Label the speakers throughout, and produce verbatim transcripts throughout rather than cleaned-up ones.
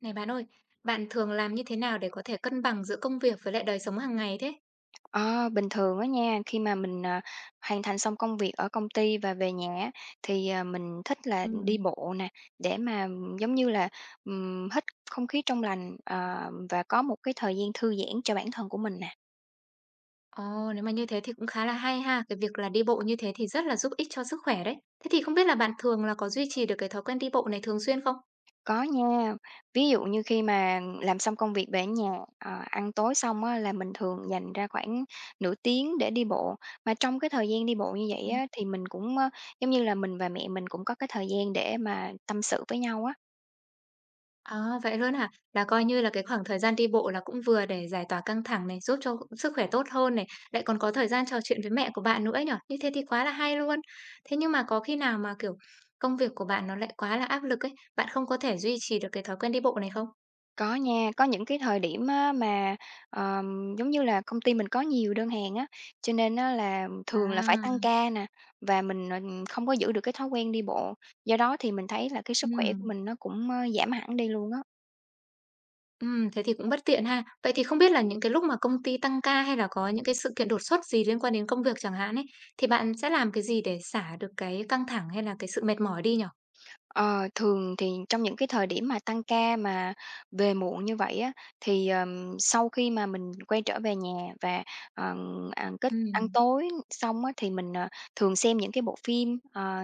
Speaker 1: Này bạn ơi, bạn thường làm như thế nào để có thể cân bằng giữa công việc với lại đời sống hàng ngày thế?
Speaker 2: Ờ, bình thường á nha, khi mà mình, à, hoàn thành xong công việc ở công ty và về nhà á, thì, à, mình thích là đi
Speaker 1: Ừm.
Speaker 2: bộ nè, để mà, ừm, giống như là, ừm, hít không khí trong lành, ờ, và có một cái thời gian thư giãn cho bản thân của mình nè.
Speaker 1: Ồ, nếu mà như thế thì cũng khá là hay ha. Cái việc là đi bộ như thế thì rất là giúp ích cho sức khỏe đấy. Thế thì không biết là bạn thường là có duy trì được cái thói quen đi bộ này thường xuyên không?
Speaker 2: Có nha, ví dụ như khi mà làm xong công việc về nhà, ờ, ăn tối xong á là mình thường dành ra khoảng nửa tiếng để đi bộ. Mà trong cái thời gian đi bộ như vậy
Speaker 1: Ừm.
Speaker 2: á, thì mình cũng, ơ, giống như là, mình và mẹ mình cũng có cái thời gian để mà tâm sự với nhau á.
Speaker 1: À, vậy luôn hả? Là coi như là cái khoảng thời gian đi bộ là cũng vừa để giải tỏa căng thẳng này, giúp cho sức khỏe tốt hơn này, lại còn có thời gian trò chuyện với mẹ của bạn nữa nhở? Như thế thì quá là hay luôn. Thế nhưng mà có khi nào mà kiểu công việc của bạn nó lại quá là áp lực ấy, bạn không có thể duy trì được cái thói quen đi bộ này không?
Speaker 2: Có nha, có những cái thời điểm á mà, ờm, giống như là, công ty mình có nhiều đơn hàng á, cho nên á là thường là phải tăng
Speaker 1: À,
Speaker 2: ca nè, và mình, ờ, không có giữ được cái thói quen đi bộ. Do đó thì mình thấy là cái sức
Speaker 1: ừm,
Speaker 2: khỏe của mình nó cũng, ơ, giảm hẳn đi luôn á.
Speaker 1: ừm, thế thì cũng bất tiện ha. Vậy thì không biết là những cái lúc mà công ty tăng ca hay là có những cái sự kiện đột xuất gì liên quan đến công việc chẳng hạn ấy, thì bạn sẽ làm cái gì để xả được cái căng thẳng hay là cái sự mệt mỏi đi nhở?
Speaker 2: Ờ, thường thì trong những cái thời điểm mà tăng ca mà về muộn như vậy á, thì, ờm, sau khi mà mình quay trở về nhà và, ờ, à, kết ăn
Speaker 1: Ừm,
Speaker 2: tối xong á, thì mình, ờ, thường xem những cái bộ phim, ờ,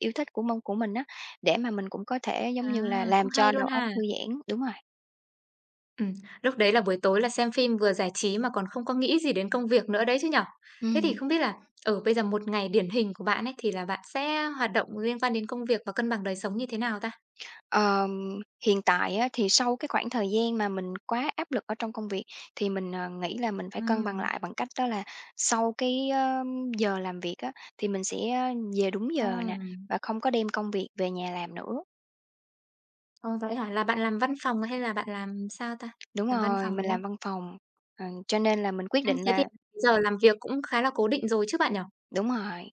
Speaker 2: yêu thích của mông của mình á, để mà mình cũng có thể, giống
Speaker 1: à,
Speaker 2: như là,
Speaker 1: cũng
Speaker 2: làm
Speaker 1: hay
Speaker 2: cho
Speaker 1: luôn
Speaker 2: đầu óc
Speaker 1: ha.
Speaker 2: thư giãn. Đúng rồi,
Speaker 1: Ừm, Lúc đấy là buổi tối là xem phim vừa giải trí mà còn không có nghĩ gì đến công việc nữa đấy chứ nhở? Thế thì
Speaker 2: ừm.
Speaker 1: không biết là ở bây giờ một ngày điển hình của bạn ấy thì là bạn sẽ hoạt động liên quan đến công việc và cân bằng đời sống như thế nào ta?
Speaker 2: Ờm, hiện tại á, thì sau cái khoảng thời gian mà mình quá áp lực ở trong công việc thì mình, ờ, nghĩ là mình phải cân bằng
Speaker 1: Ừm,
Speaker 2: lại bằng cách đó là sau cái, ơ, giờ làm việc á, thì mình sẽ ờ, về đúng giờ nè,
Speaker 1: ừm.
Speaker 2: và không có đem công việc về nhà làm nữa.
Speaker 1: Ồ, vậy hả? Là bạn làm văn phòng hay là bạn làm sao ta?
Speaker 2: Đúng
Speaker 1: Làm văn
Speaker 2: rồi,
Speaker 1: phòng,
Speaker 2: mình
Speaker 1: đúng không?
Speaker 2: làm văn phòng, ờ, cho nên là mình quyết
Speaker 1: Ừm,
Speaker 2: định
Speaker 1: thế thì
Speaker 2: là,
Speaker 1: giờ làm việc cũng khá là cố định rồi chứ bạn nhỉ?
Speaker 2: đúng rồi.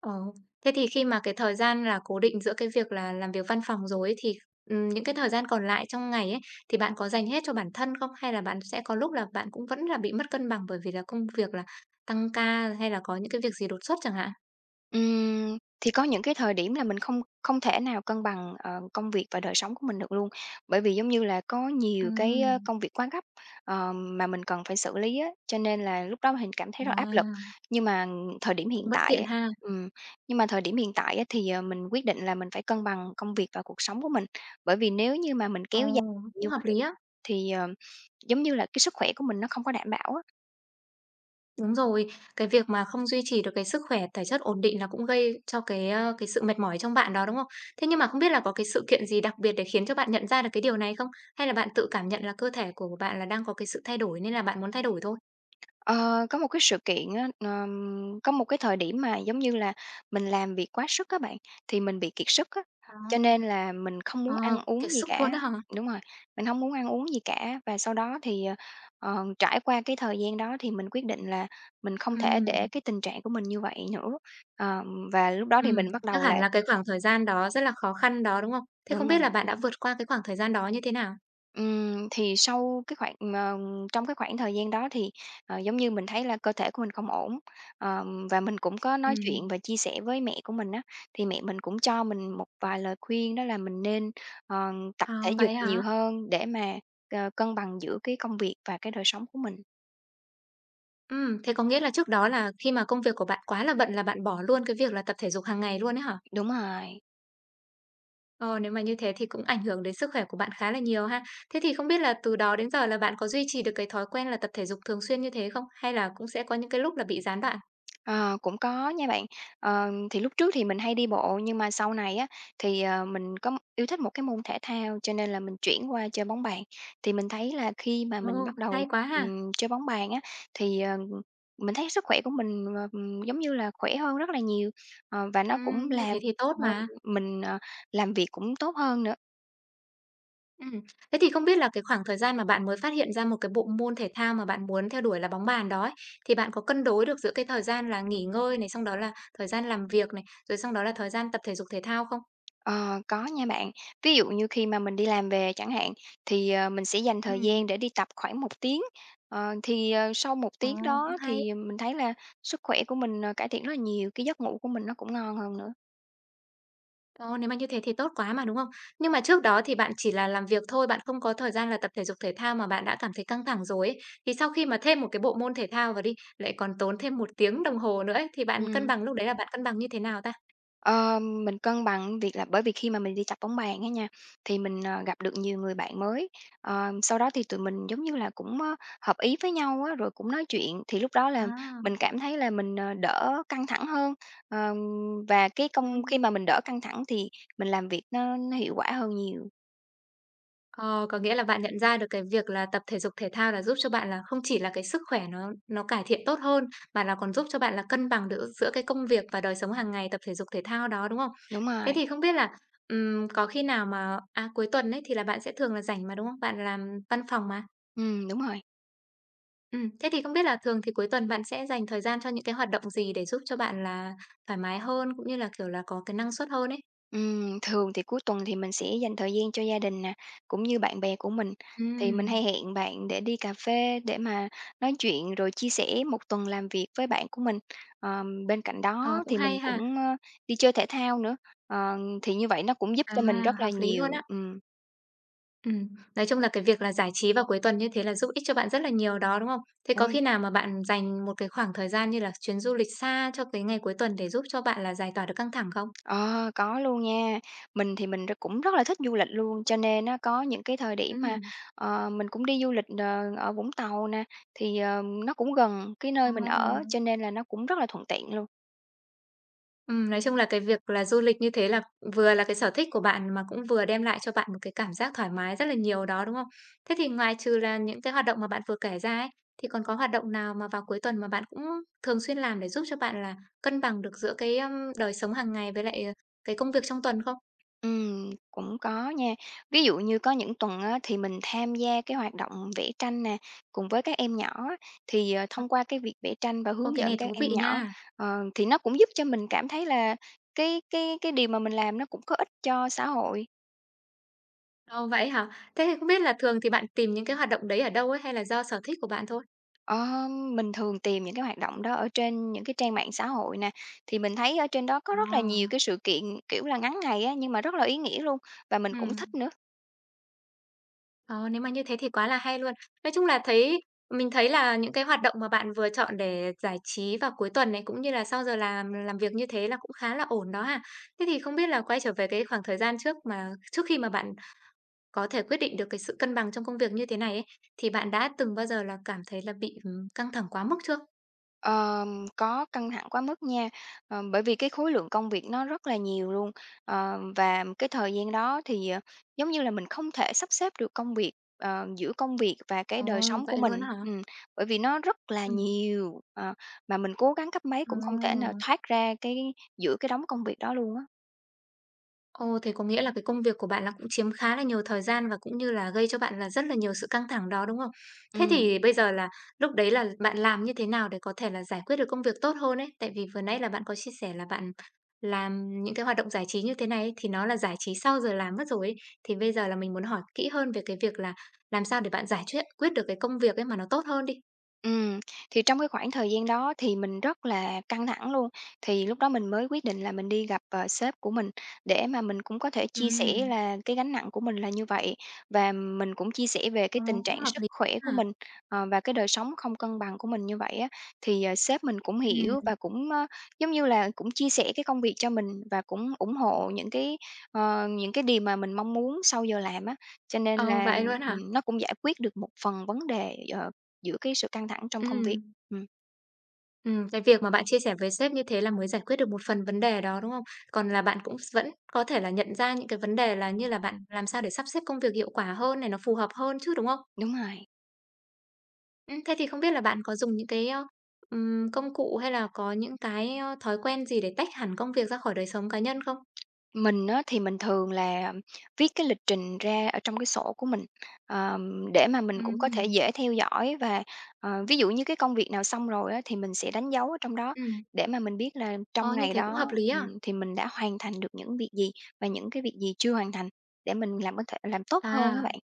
Speaker 1: Ờ, thế thì khi mà cái thời gian là cố định giữa cái việc là làm việc văn phòng rồi ấy, thì, ừm, những cái thời gian còn lại trong ngày ấy, thì bạn có dành hết cho bản thân không? Hay là bạn sẽ có lúc là bạn cũng vẫn là bị mất cân bằng bởi vì là công việc là tăng ca hay là có những cái việc gì đột xuất chẳng hạn?
Speaker 2: Ừm, thì có những cái thời điểm là mình không không thể nào cân bằng, ờ, công việc và đời sống của mình được luôn. Bởi vì giống như là có nhiều cái, ơ,
Speaker 1: Ừm,
Speaker 2: công việc quá gấp, ờ, mà mình cần phải xử lý á, cho nên là lúc đó mình cảm thấy rất áp lực.
Speaker 1: à,
Speaker 2: Nhưng mà thời điểm
Speaker 1: cũng
Speaker 2: hiện
Speaker 1: bất
Speaker 2: tại
Speaker 1: tiện
Speaker 2: á
Speaker 1: ha.
Speaker 2: ừm, nhưng mà thời điểm hiện tại á thì, ờ, mình quyết định là mình phải cân bằng công việc và cuộc sống của mình. Bởi vì nếu như mà mình
Speaker 1: Ồ,
Speaker 2: kéo dài
Speaker 1: cũng
Speaker 2: như
Speaker 1: hợp
Speaker 2: vậy
Speaker 1: lý á.
Speaker 2: thì, ờ, giống như là cái sức khỏe của mình nó không có đảm bảo á.
Speaker 1: Đúng rồi, cái việc mà không duy trì được cái sức khỏe thể chất ổn định là cũng gây cho cái, ơ, cái sự mệt mỏi trong bạn đó, đúng không? Thế nhưng mà không biết là có cái sự kiện gì đặc biệt để khiến cho bạn nhận ra được cái điều này không? Hay là bạn tự cảm nhận là cơ thể của bạn là đang có cái sự thay đổi nên là bạn muốn thay đổi thôi?
Speaker 2: Ờ, có một cái sự kiện á, ờm, có một cái thời điểm mà, giống như là, mình làm việc quá sức á bạn, thì mình bị kiệt sức á, cho nên
Speaker 1: À.
Speaker 2: là mình không
Speaker 1: Ờ,
Speaker 2: muốn ăn
Speaker 1: kiệt
Speaker 2: uống gì
Speaker 1: sức
Speaker 2: cả.
Speaker 1: luôn đó hả?
Speaker 2: Đúng rồi, mình không muốn ăn uống gì cả. Và sau đó thì, ờ, ờ, trải qua cái thời gian đó thì mình quyết định là mình không
Speaker 1: Ừ,
Speaker 2: thể để cái tình trạng của mình như vậy nữa. Ờ, và lúc đó thì
Speaker 1: ừm,
Speaker 2: mình bắt
Speaker 1: chắc
Speaker 2: đầu là,
Speaker 1: hẳn là cái khoảng thời gian đó rất là khó khăn đó, đúng không? Thế không
Speaker 2: đúng
Speaker 1: biết
Speaker 2: rồi.
Speaker 1: là bạn đã vượt qua cái khoảng thời gian đó như thế nào?
Speaker 2: Ừm, thì sau cái khoảng ờ, trong cái khoảng thời gian đó thì, ờ, giống như mình thấy là cơ thể của mình không ổn, ờm, và mình cũng có
Speaker 1: Ừ,
Speaker 2: nói chuyện và chia sẻ với mẹ của mình á, thì mẹ mình cũng cho mình một vài lời khuyên đó là mình nên, ờ, tập thể
Speaker 1: à
Speaker 2: dục
Speaker 1: vậy hả?
Speaker 2: nhiều hơn để mà, ờ, cân bằng giữa cái công việc và cái đời sống của mình.
Speaker 1: Ừ, thế có nghĩa là trước đó là khi mà công việc của bạn quá là bận là bạn bỏ luôn cái việc là tập thể dục hàng ngày luôn ấy hả?
Speaker 2: Đúng rồi.
Speaker 1: Ờ, nếu mà như thế thì cũng ảnh hưởng đến sức khỏe của bạn khá là nhiều ha. Thế thì không biết là từ đó đến giờ là bạn có duy trì được cái thói quen là tập thể dục thường xuyên như thế không? Hay là cũng sẽ có những cái lúc là bị gián đoạn?
Speaker 2: Ờ, cũng có nha bạn. Ờ, thì lúc trước thì mình hay đi bộ nhưng mà sau này á, thì, ờ, mình có m- yêu thích một cái môn thể thao cho nên là mình chuyển qua chơi bóng bàn. Thì mình thấy là khi mà
Speaker 1: Ồ,
Speaker 2: mình bắt đầu,
Speaker 1: hay quá ha.
Speaker 2: ừm, chơi bóng bàn á, thì, ờ, mình thấy sức khỏe của mình, ờ, ừm, giống như là khỏe hơn rất là nhiều, ờ, và nó
Speaker 1: Ừm,
Speaker 2: cũng
Speaker 1: như thế
Speaker 2: làm,
Speaker 1: thì tốt
Speaker 2: ờ,
Speaker 1: mà.
Speaker 2: mình, ờ, làm việc cũng tốt hơn nữa.
Speaker 1: Ừm. Thế thì không biết là cái khoảng thời gian mà bạn mới phát hiện ra một cái bộ môn thể thao mà bạn muốn theo đuổi là bóng bàn đó ấy, thì bạn có cân đối được giữa cái thời gian là nghỉ ngơi này, xong đó là thời gian làm việc này, rồi xong đó là thời gian tập thể dục thể thao không?
Speaker 2: Ờ, có nha bạn. Ví dụ như khi mà mình đi làm về chẳng hạn, thì, ờ, mình sẽ dành thời gian
Speaker 1: Ừm.
Speaker 2: để đi tập khoảng một tiếng. Ờ, thì, ờ, sau một
Speaker 1: Ồ,
Speaker 2: tiếng
Speaker 1: cũng
Speaker 2: đó
Speaker 1: hay.
Speaker 2: thì mình thấy là sức khỏe của mình, ờ, cải thiện rất là nhiều, cái giấc ngủ của mình nó cũng ngon hơn nữa.
Speaker 1: Ờ, nếu mà như thế thì tốt quá mà, đúng không? Nhưng mà trước đó thì bạn chỉ là làm việc thôi, bạn không có thời gian là tập thể dục thể thao mà bạn đã cảm thấy căng thẳng rồi ấy. Thì sau khi mà thêm một cái bộ môn thể thao vào đi, lại còn tốn thêm một tiếng đồng hồ nữa ấy, thì bạn cân
Speaker 2: Ừm.
Speaker 1: bằng lúc đấy là bạn cân bằng như thế nào ta?
Speaker 2: Ờ, mình cân bằng việc là bởi vì khi mà mình đi tập bóng bàn á nha, thì mình, ờ, gặp được nhiều người bạn mới, ờ, sau đó thì tụi mình, giống như là, cũng, ơ, hợp ý với nhau á, rồi cũng nói chuyện, thì lúc đó là
Speaker 1: À,
Speaker 2: mình cảm thấy là mình, ờ, đỡ căng thẳng hơn. Ờ, và cái
Speaker 1: ừm.
Speaker 2: công khi mà mình đỡ căng thẳng thì mình làm việc nó nó hiệu quả hơn nhiều.
Speaker 1: Ờ, có nghĩa là bạn nhận ra được cái việc là tập thể dục thể thao là giúp cho bạn là không chỉ là cái sức khỏe nó nó cải thiện tốt hơn, mà là còn giúp cho bạn là cân bằng được giữa cái công việc và đời sống hàng ngày tập thể dục thể thao đó, đúng không?
Speaker 2: Đúng
Speaker 1: Thế
Speaker 2: rồi,
Speaker 1: thì không biết là, ừm, có khi nào mà à, cuối tuần ấy thì là bạn sẽ thường là rảnh mà, đúng không? Bạn làm văn phòng mà.
Speaker 2: ừm, đúng rồi.
Speaker 1: Ừm, thế thì không biết là thường thì cuối tuần bạn sẽ dành thời gian cho những cái hoạt động gì để giúp cho bạn là thoải mái hơn, cũng như là, kiểu là, có cái năng suất hơn ấy?
Speaker 2: Ừm, thường thì cuối tuần thì mình sẽ dành thời gian cho gia đình nè, cũng như bạn bè của mình. Thì mình hay
Speaker 1: Ừm,
Speaker 2: hẹn bạn để đi cà phê để mà nói chuyện rồi chia sẻ một tuần làm việc với bạn của mình. Ờm, bên cạnh
Speaker 1: ờ,
Speaker 2: đó
Speaker 1: cũng
Speaker 2: thì
Speaker 1: hay
Speaker 2: mình
Speaker 1: ha.
Speaker 2: cũng, ơ, đi chơi thể thao nữa, ờ, thì như vậy nó cũng giúp
Speaker 1: À,
Speaker 2: cho mình rất là
Speaker 1: hợp lý
Speaker 2: nhiều.
Speaker 1: luôn á.
Speaker 2: Ừm,
Speaker 1: Ừm, nói chung là cái việc là giải trí vào cuối tuần như thế là giúp ích cho bạn rất là nhiều đó, đúng không? Thế có
Speaker 2: đúng.
Speaker 1: khi nào mà bạn dành một cái khoảng thời gian như là chuyến du lịch xa cho cái ngày cuối tuần để giúp cho bạn là giải tỏa được căng thẳng không?
Speaker 2: Ờ, có luôn nha. Mình thì mình r cũng rất là thích du lịch luôn, cho nên nó có những cái thời điểm mà,
Speaker 1: Ừm.
Speaker 2: ờ, mình cũng đi du lịch, ờ, ở Vũng Tàu nè, thì, ờ, nó cũng gần cái nơi mình ở,
Speaker 1: Ờ.
Speaker 2: cho nên là nó cũng rất là thuận tiện luôn.
Speaker 1: Ừm, nói chung là cái việc là du lịch như thế là vừa là cái sở thích của bạn mà cũng vừa đem lại cho bạn một cái cảm giác thoải mái rất là nhiều đó, đúng không? Thế thì ngoài trừ là những cái hoạt động mà bạn vừa kể ra ấy, thì còn có hoạt động nào mà vào cuối tuần mà bạn cũng thường xuyên làm để giúp cho bạn là cân bằng được giữa cái, ưm, đời sống hàng ngày với lại, ờ, cái công việc trong tuần không?
Speaker 2: Ừm, cũng có nha. Ví dụ như có những tuần á thì mình tham gia cái hoạt động vẽ tranh nè, cùng với các em nhỏ á, thì, ờ, thông qua cái việc vẽ tranh và
Speaker 1: Ô,
Speaker 2: hướng
Speaker 1: cái này
Speaker 2: dẫn các
Speaker 1: thú
Speaker 2: em
Speaker 1: vị
Speaker 2: nhỏ,
Speaker 1: nha.
Speaker 2: ờ, thì nó cũng giúp cho mình cảm thấy là cái cái cái điều mà mình làm nó cũng có ích cho xã hội.
Speaker 1: Ồ, vậy hả? Thế thì không biết là thường thì bạn tìm những cái hoạt động đấy ở đâu ấy, hay là do sở thích của bạn thôi?
Speaker 2: Ờ, mình thường tìm những cái hoạt động đó ở trên những cái trang mạng xã hội nè, thì mình thấy ở trên đó có
Speaker 1: Ờ,
Speaker 2: rất là nhiều cái sự kiện, kiểu là, ngắn ngày á, nhưng mà rất là ý nghĩa luôn và mình cũng thích
Speaker 1: ừm.
Speaker 2: nữa.
Speaker 1: Ờ, nếu mà như thế thì quá là hay luôn. Nói chung là thấy mình thấy là những cái hoạt động mà bạn vừa chọn để giải trí vào cuối tuần này, cũng như là sau giờ làm làm việc như thế là cũng khá là ổn đó ha. Thế thì không biết là quay trở về cái khoảng thời gian trước mà trước khi mà bạn có thể quyết định được cái sự cân bằng trong công việc như thế này ấy, thì bạn đã từng bao giờ là cảm thấy là bị, ừm, căng thẳng quá mức chưa?
Speaker 2: Ờm, có căng thẳng quá mức nha, ờ, bởi vì cái khối lượng công việc nó rất là nhiều luôn, ờ, và cái thời gian đó thì, ờ, giống như là, mình không thể sắp xếp được công việc, ờ, giữa công việc và cái
Speaker 1: Ồ,
Speaker 2: đời sống của
Speaker 1: vậy luôn
Speaker 2: mình,
Speaker 1: hả?
Speaker 2: ừm, bởi vì nó rất là
Speaker 1: Ừm.
Speaker 2: nhiều, ờ, mà mình cố gắng cấp mấy
Speaker 1: Ờ.
Speaker 2: cũng không thể nào thoát ra cái giữa cái đống công việc đó luôn á.
Speaker 1: Ồ, thế có nghĩa là cái công việc của bạn là cũng chiếm khá là nhiều thời gian và cũng như là gây cho bạn là rất là nhiều sự căng thẳng đó, đúng không? Thế
Speaker 2: Ừm.
Speaker 1: thì bây giờ là lúc đấy là bạn làm như thế nào để có thể là giải quyết được công việc tốt hơn ấy? Tại vì vừa nãy là bạn có chia sẻ là bạn làm những cái hoạt động giải trí như thế này ấy, thì nó là giải trí sau giờ làm mất rồi ấy. Thì bây giờ là mình muốn hỏi kỹ hơn về cái việc là làm sao để bạn giải quyết quyết được cái công việc ấy mà nó tốt hơn đi.
Speaker 2: Ừm, thì trong cái khoảng thời gian đó thì mình rất là căng thẳng luôn, thì lúc đó mình mới quyết định là mình đi gặp, ờ, sếp của mình để mà mình cũng có thể
Speaker 1: Ừ,
Speaker 2: chia sẻ là cái gánh nặng của mình là như vậy, và mình cũng chia sẻ về cái tình
Speaker 1: cũng
Speaker 2: trạng
Speaker 1: hợp
Speaker 2: sức
Speaker 1: lý
Speaker 2: khỏe của
Speaker 1: ha.
Speaker 2: mình, ờ, và cái đời sống không cân bằng của mình như vậy á. Thì, ờ, sếp mình cũng
Speaker 1: Ừm,
Speaker 2: hiểu và cũng, ơ, giống như là, cũng chia sẻ cái công việc cho mình và cũng ủng hộ những cái, ờ, những cái điều mà mình mong muốn sau giờ làm á, cho nên
Speaker 1: ờ,
Speaker 2: là,
Speaker 1: vậy luôn hả?
Speaker 2: ừm, nó cũng giải quyết được một phần vấn đề, ờ, giữa cái sự căng thẳng trong công việc.
Speaker 1: Ừ.
Speaker 2: Ừm,
Speaker 1: Ừm, cái việc mà bạn chia sẻ với sếp như thế là mới giải quyết được một phần vấn đề đó, đúng không? Còn là bạn cũng vẫn có thể là nhận ra những cái vấn đề là như là bạn làm sao để sắp xếp công việc hiệu quả hơn này, nó phù hợp hơn chứ, đúng không?
Speaker 2: đúng rồi.
Speaker 1: Ừm, thế thì không biết là bạn có dùng những cái, ơ, ừm, công cụ hay là có những cái, ơ, thói quen gì để tách hẳn công việc ra khỏi đời sống cá nhân không?
Speaker 2: Mình á, thì mình thường là viết cái lịch trình ra ở trong cái sổ của mình, ờm, để mà mình cũng có thể
Speaker 1: Ừm,
Speaker 2: dễ theo dõi và, ờ, ví dụ như cái công việc nào xong rồi á, thì mình sẽ đánh dấu ở trong đó
Speaker 1: ừm,
Speaker 2: để mà mình biết là trong
Speaker 1: ồ, như
Speaker 2: ngày
Speaker 1: thế cũng hợp
Speaker 2: đó,
Speaker 1: lý à?
Speaker 2: ừm, thì mình đã hoàn thành được những việc gì và những cái việc gì chưa hoàn thành để mình làm có thể làm tốt hơn các
Speaker 1: À,
Speaker 2: bạn.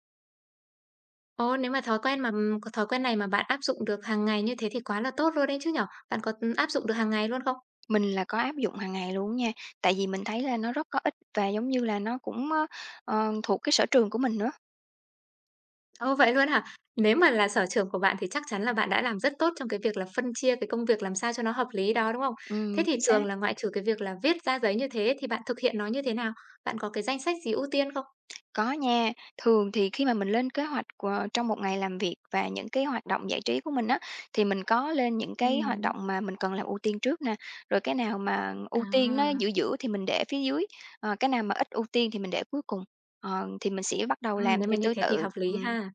Speaker 1: ồ, nếu mà thói quen mà, ừm, có thói quen này mà bạn áp dụng được hàng ngày như thế thì quá là tốt luôn đấy chứ nhỉ? Bạn có, ừm, áp dụng được hàng ngày luôn không?
Speaker 2: Mình là có áp dụng hàng ngày luôn nha, tại vì mình thấy là nó rất có ích và giống như là nó cũng, ơ, ờ, thuộc cái sở trường của mình nữa.
Speaker 1: Ô, vậy luôn hả? Nếu mà là sở trường của bạn thì chắc chắn là bạn đã làm rất tốt trong cái việc là phân chia cái công việc làm sao cho nó hợp lý đó, đúng không? Thế
Speaker 2: Ừm,
Speaker 1: thì
Speaker 2: chính xác.
Speaker 1: thường là ngoại trừ cái việc là viết ra giấy như thế thì bạn thực hiện nó như thế nào? Bạn có cái danh sách gì ưu tiên không?
Speaker 2: Có nha, thường thì khi mà mình lên kế hoạch của trong một ngày làm việc và những cái hoạt động giải trí của mình á, thì mình có lên những cái hoạt
Speaker 1: Ừm,
Speaker 2: động mà mình cần làm ưu tiên trước nè, rồi cái nào mà ưu tiên nó giữa
Speaker 1: à.
Speaker 2: giữa thì mình để phía dưới, ờ, cái nào mà ít ưu tiên thì mình để cuối cùng, ờ, thì mình sẽ bắt đầu
Speaker 1: Ừm,
Speaker 2: làm
Speaker 1: nếu mà
Speaker 2: theo
Speaker 1: như
Speaker 2: thứ
Speaker 1: thế thì hợp
Speaker 2: tự.
Speaker 1: lý
Speaker 2: Ừm.
Speaker 1: ha.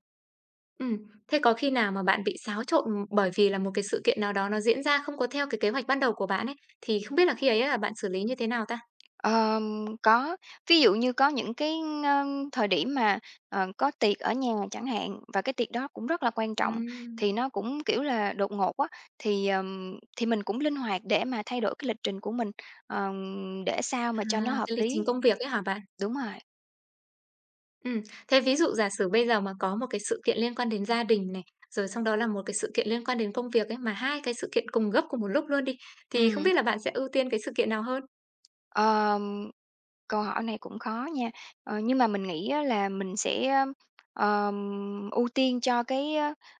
Speaker 1: Ừm, Thế có khi nào mà bạn bị xáo trộn bởi vì là một cái sự kiện nào đó nó diễn ra không có theo cái kế hoạch ban đầu của bạn ấy, thì không biết là khi ấy là bạn xử lý như thế nào ta?
Speaker 2: Ờm, có, ví dụ như có những cái, ơ, thời điểm mà, ờ, có tiệc ở nhà chẳng hạn, và cái tiệc đó cũng rất là quan trọng,
Speaker 1: Ừm,
Speaker 2: thì nó cũng, kiểu là, đột ngột quá thì, ờm, thì mình cũng linh hoạt để mà thay đổi cái lịch trình của mình, ờm, để sao mà
Speaker 1: à.
Speaker 2: cho nó
Speaker 1: À,
Speaker 2: hợp
Speaker 1: cái lịch trình
Speaker 2: lý.
Speaker 1: công việc ấy hả bạn?
Speaker 2: Đúng rồi,
Speaker 1: Ừm, Thế ví dụ giả sử bây giờ mà có một cái sự kiện liên quan đến gia đình này, rồi xong đó là một cái sự kiện liên quan đến công việc ấy, mà hai cái sự kiện cùng gấp cùng một lúc luôn đi, thì không
Speaker 2: ừm.
Speaker 1: biết là bạn sẽ ưu tiên cái sự kiện nào hơn?
Speaker 2: Ờm Câu hỏi này cũng khó nha, ờ, nhưng mà mình nghĩ á là mình sẽ, ờm, ưu tiên cho cái,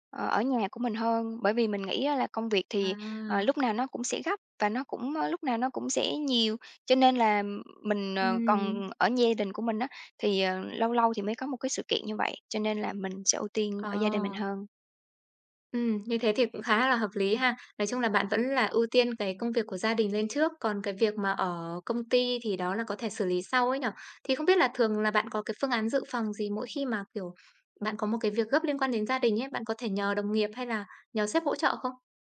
Speaker 2: ờ, ở nhà của mình hơn, bởi vì mình nghĩ á là công việc thì, ờ,
Speaker 1: À,
Speaker 2: lúc nào nó cũng sẽ gấp và nó cũng, ơ, lúc nào nó cũng sẽ nhiều, cho nên là mình, ờ,
Speaker 1: ừm,
Speaker 2: còn ở gia đình của mình á, thì, ờ, lâu lâu thì mới có một cái sự kiện như vậy, cho nên là mình sẽ ưu tiên ở gia đình mình
Speaker 1: ờ,
Speaker 2: hơn.
Speaker 1: ừm, như thế thì cũng khá là hợp lý ha. Nói chung là bạn vẫn là ưu tiên cái công việc của gia đình lên trước, còn cái việc mà ở công ty thì đó là có thể xử lý sau ấy nhở. Thì không biết là thường là bạn có cái phương án dự phòng gì mỗi khi mà, kiểu, bạn có một cái việc gấp liên quan đến gia đình ấy, bạn có thể nhờ đồng nghiệp hay là nhờ sếp hỗ trợ không?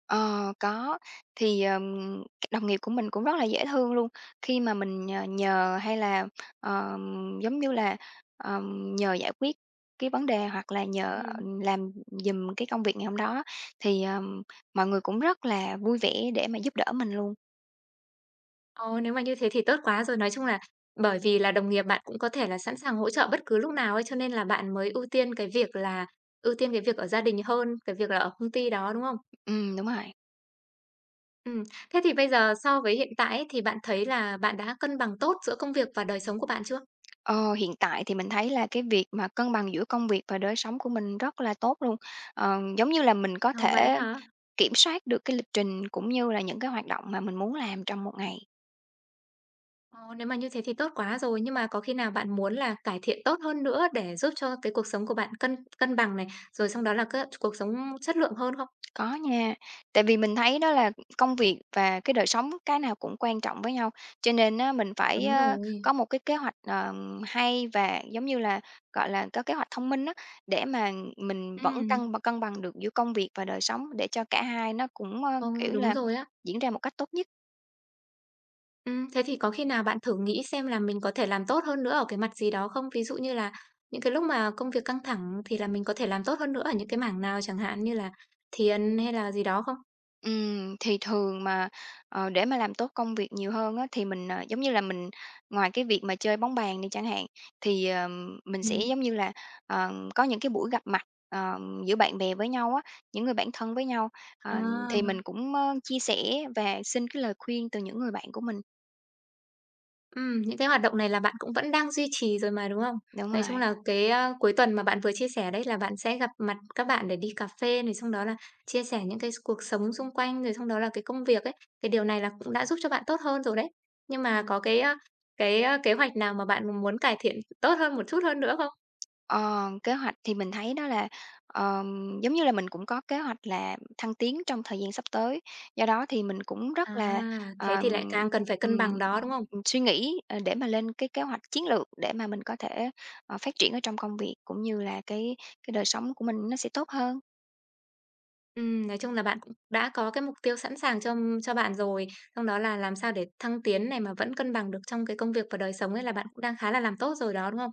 Speaker 2: Ờ, có. Thì, ờm, đồng nghiệp của mình cũng rất là dễ thương luôn, khi mà mình nhờ nhờ hay là, ờm, giống như là, ờm, nhờ giải quyết cái vấn đề hoặc là nhờ,
Speaker 1: Ừm.
Speaker 2: làm giùm cái công việc ngày hôm đó thì, ờm, mọi người cũng rất là vui vẻ để mà giúp đỡ mình luôn.
Speaker 1: Ờ, nếu mà như thế thì tốt quá rồi. Nói chung là bởi vì là đồng nghiệp bạn cũng có thể là sẵn sàng hỗ trợ bất cứ lúc nào ấy, cho nên là bạn mới ưu tiên cái việc là ưu tiên cái việc ở gia đình hơn cái việc là ở công ty đó, đúng không?
Speaker 2: Ừm, đúng rồi.
Speaker 1: Ừm. Thế thì bây giờ so với hiện tại ấy, thì bạn thấy là bạn đã cân bằng tốt giữa công việc và đời sống của bạn chưa?
Speaker 2: Ờ, hiện tại thì mình thấy là cái việc mà cân bằng giữa công việc và đời sống của mình rất là tốt luôn. Ờ, giống như là mình có
Speaker 1: Ờ, vậy
Speaker 2: thể
Speaker 1: hả?
Speaker 2: kiểm soát được cái lịch trình cũng như là những cái hoạt động mà mình muốn làm trong một ngày.
Speaker 1: Ờ, nếu mà như thế thì tốt quá rồi. Nhưng mà có khi nào bạn muốn là cải thiện tốt hơn nữa để giúp cho cái cuộc sống của bạn cân cân bằng này, rồi xong đó là c cuộc sống chất lượng hơn không?
Speaker 2: Có nha, tại vì mình thấy đó là công việc và cái đời sống cái nào cũng quan trọng với nhau, cho nên á mình phải,
Speaker 1: Đúng
Speaker 2: ơ,
Speaker 1: rồi.
Speaker 2: có một cái kế hoạch, ờ, hay và, giống như là, gọi là, có kế hoạch thông minh á, để mà mình vẫn cân
Speaker 1: Ừm.
Speaker 2: cân bằng được giữa công việc và đời sống để cho cả hai nó cũng, ơ,
Speaker 1: Ờ,
Speaker 2: kiểu
Speaker 1: đúng
Speaker 2: là,
Speaker 1: rồi á.
Speaker 2: diễn ra một cách tốt nhất.
Speaker 1: Ừm, thế thì có khi nào bạn thử nghĩ xem là mình có thể làm tốt hơn nữa ở cái mặt gì đó không? Ví dụ như là những cái lúc mà công việc căng thẳng thì là mình có thể làm tốt hơn nữa ở những cái mảng nào chẳng hạn như là thiền hay là gì đó không?
Speaker 2: Ừm, thì thường mà, ờ, để mà làm tốt công việc nhiều hơn á, thì mình, ờ, giống như là, mình ngoài cái việc mà chơi bóng bàn đi chẳng hạn, thì, ờm, mình sẽ,
Speaker 1: Ừm.
Speaker 2: giống như là, ờ, có những cái buổi gặp mặt, ờ, giữa bạn bè với nhau á, những người bạn thân với nhau, ờ, thì mình
Speaker 1: À.
Speaker 2: cũng, ơ, chia sẻ và xin cái lời khuyên từ những người bạn của mình.
Speaker 1: Ừm, những cái hoạt động này là bạn cũng vẫn đang duy trì rồi mà, đúng không?
Speaker 2: Đúng
Speaker 1: Nói chung
Speaker 2: rồi.
Speaker 1: là cái, a, cuối tuần mà bạn vừa chia sẻ đấy là bạn sẽ gặp mặt các bạn để đi cà phê rồi xong đó là chia sẻ những cái cuộc sống xung quanh, rồi xong đó là cái công việc ấy, cái điều này là cũng đã giúp cho bạn tốt hơn rồi đấy. Nhưng mà có cái, a, cái, a, kế hoạch nào mà bạn muốn cải thiện tốt hơn một chút hơn nữa không?
Speaker 2: Ờ, kế hoạch thì mình thấy đó là, ờm, giống như là mình cũng có kế hoạch là thăng tiến trong thời gian sắp tới, do đó thì mình cũng
Speaker 1: À,
Speaker 2: rất là,
Speaker 1: thế thì
Speaker 2: ờm,
Speaker 1: lại càng cần phải cân
Speaker 2: ừm,
Speaker 1: bằng đó, đúng không?
Speaker 2: suy nghĩ, ờ, để mà lên cái kế hoạch chiến lược để mà mình có thể, ờ, phát triển ở trong công việc cũng như là cái cái đời sống của mình nó sẽ tốt hơn.
Speaker 1: Ừm, nói chung là bạn cũng đã có cái mục tiêu sẵn sàng cho cho bạn rồi, trong đó là làm sao để thăng tiến này mà vẫn cân bằng được trong cái công việc và đời sống ấy là bạn cũng đang khá là làm tốt rồi đó, đúng không?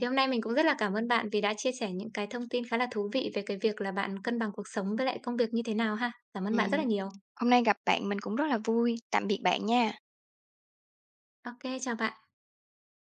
Speaker 1: Thì hôm nay mình cũng rất là cảm ơn bạn vì đã chia sẻ những cái thông tin khá là thú vị về cái việc là bạn cân bằng cuộc sống với lại công việc như thế nào ha. Cảm ơn bạn
Speaker 2: ừm,
Speaker 1: rất là nhiều.
Speaker 2: hôm nay gặp bạn mình cũng rất là vui, tạm biệt bạn nha.
Speaker 1: ô kê chào bạn.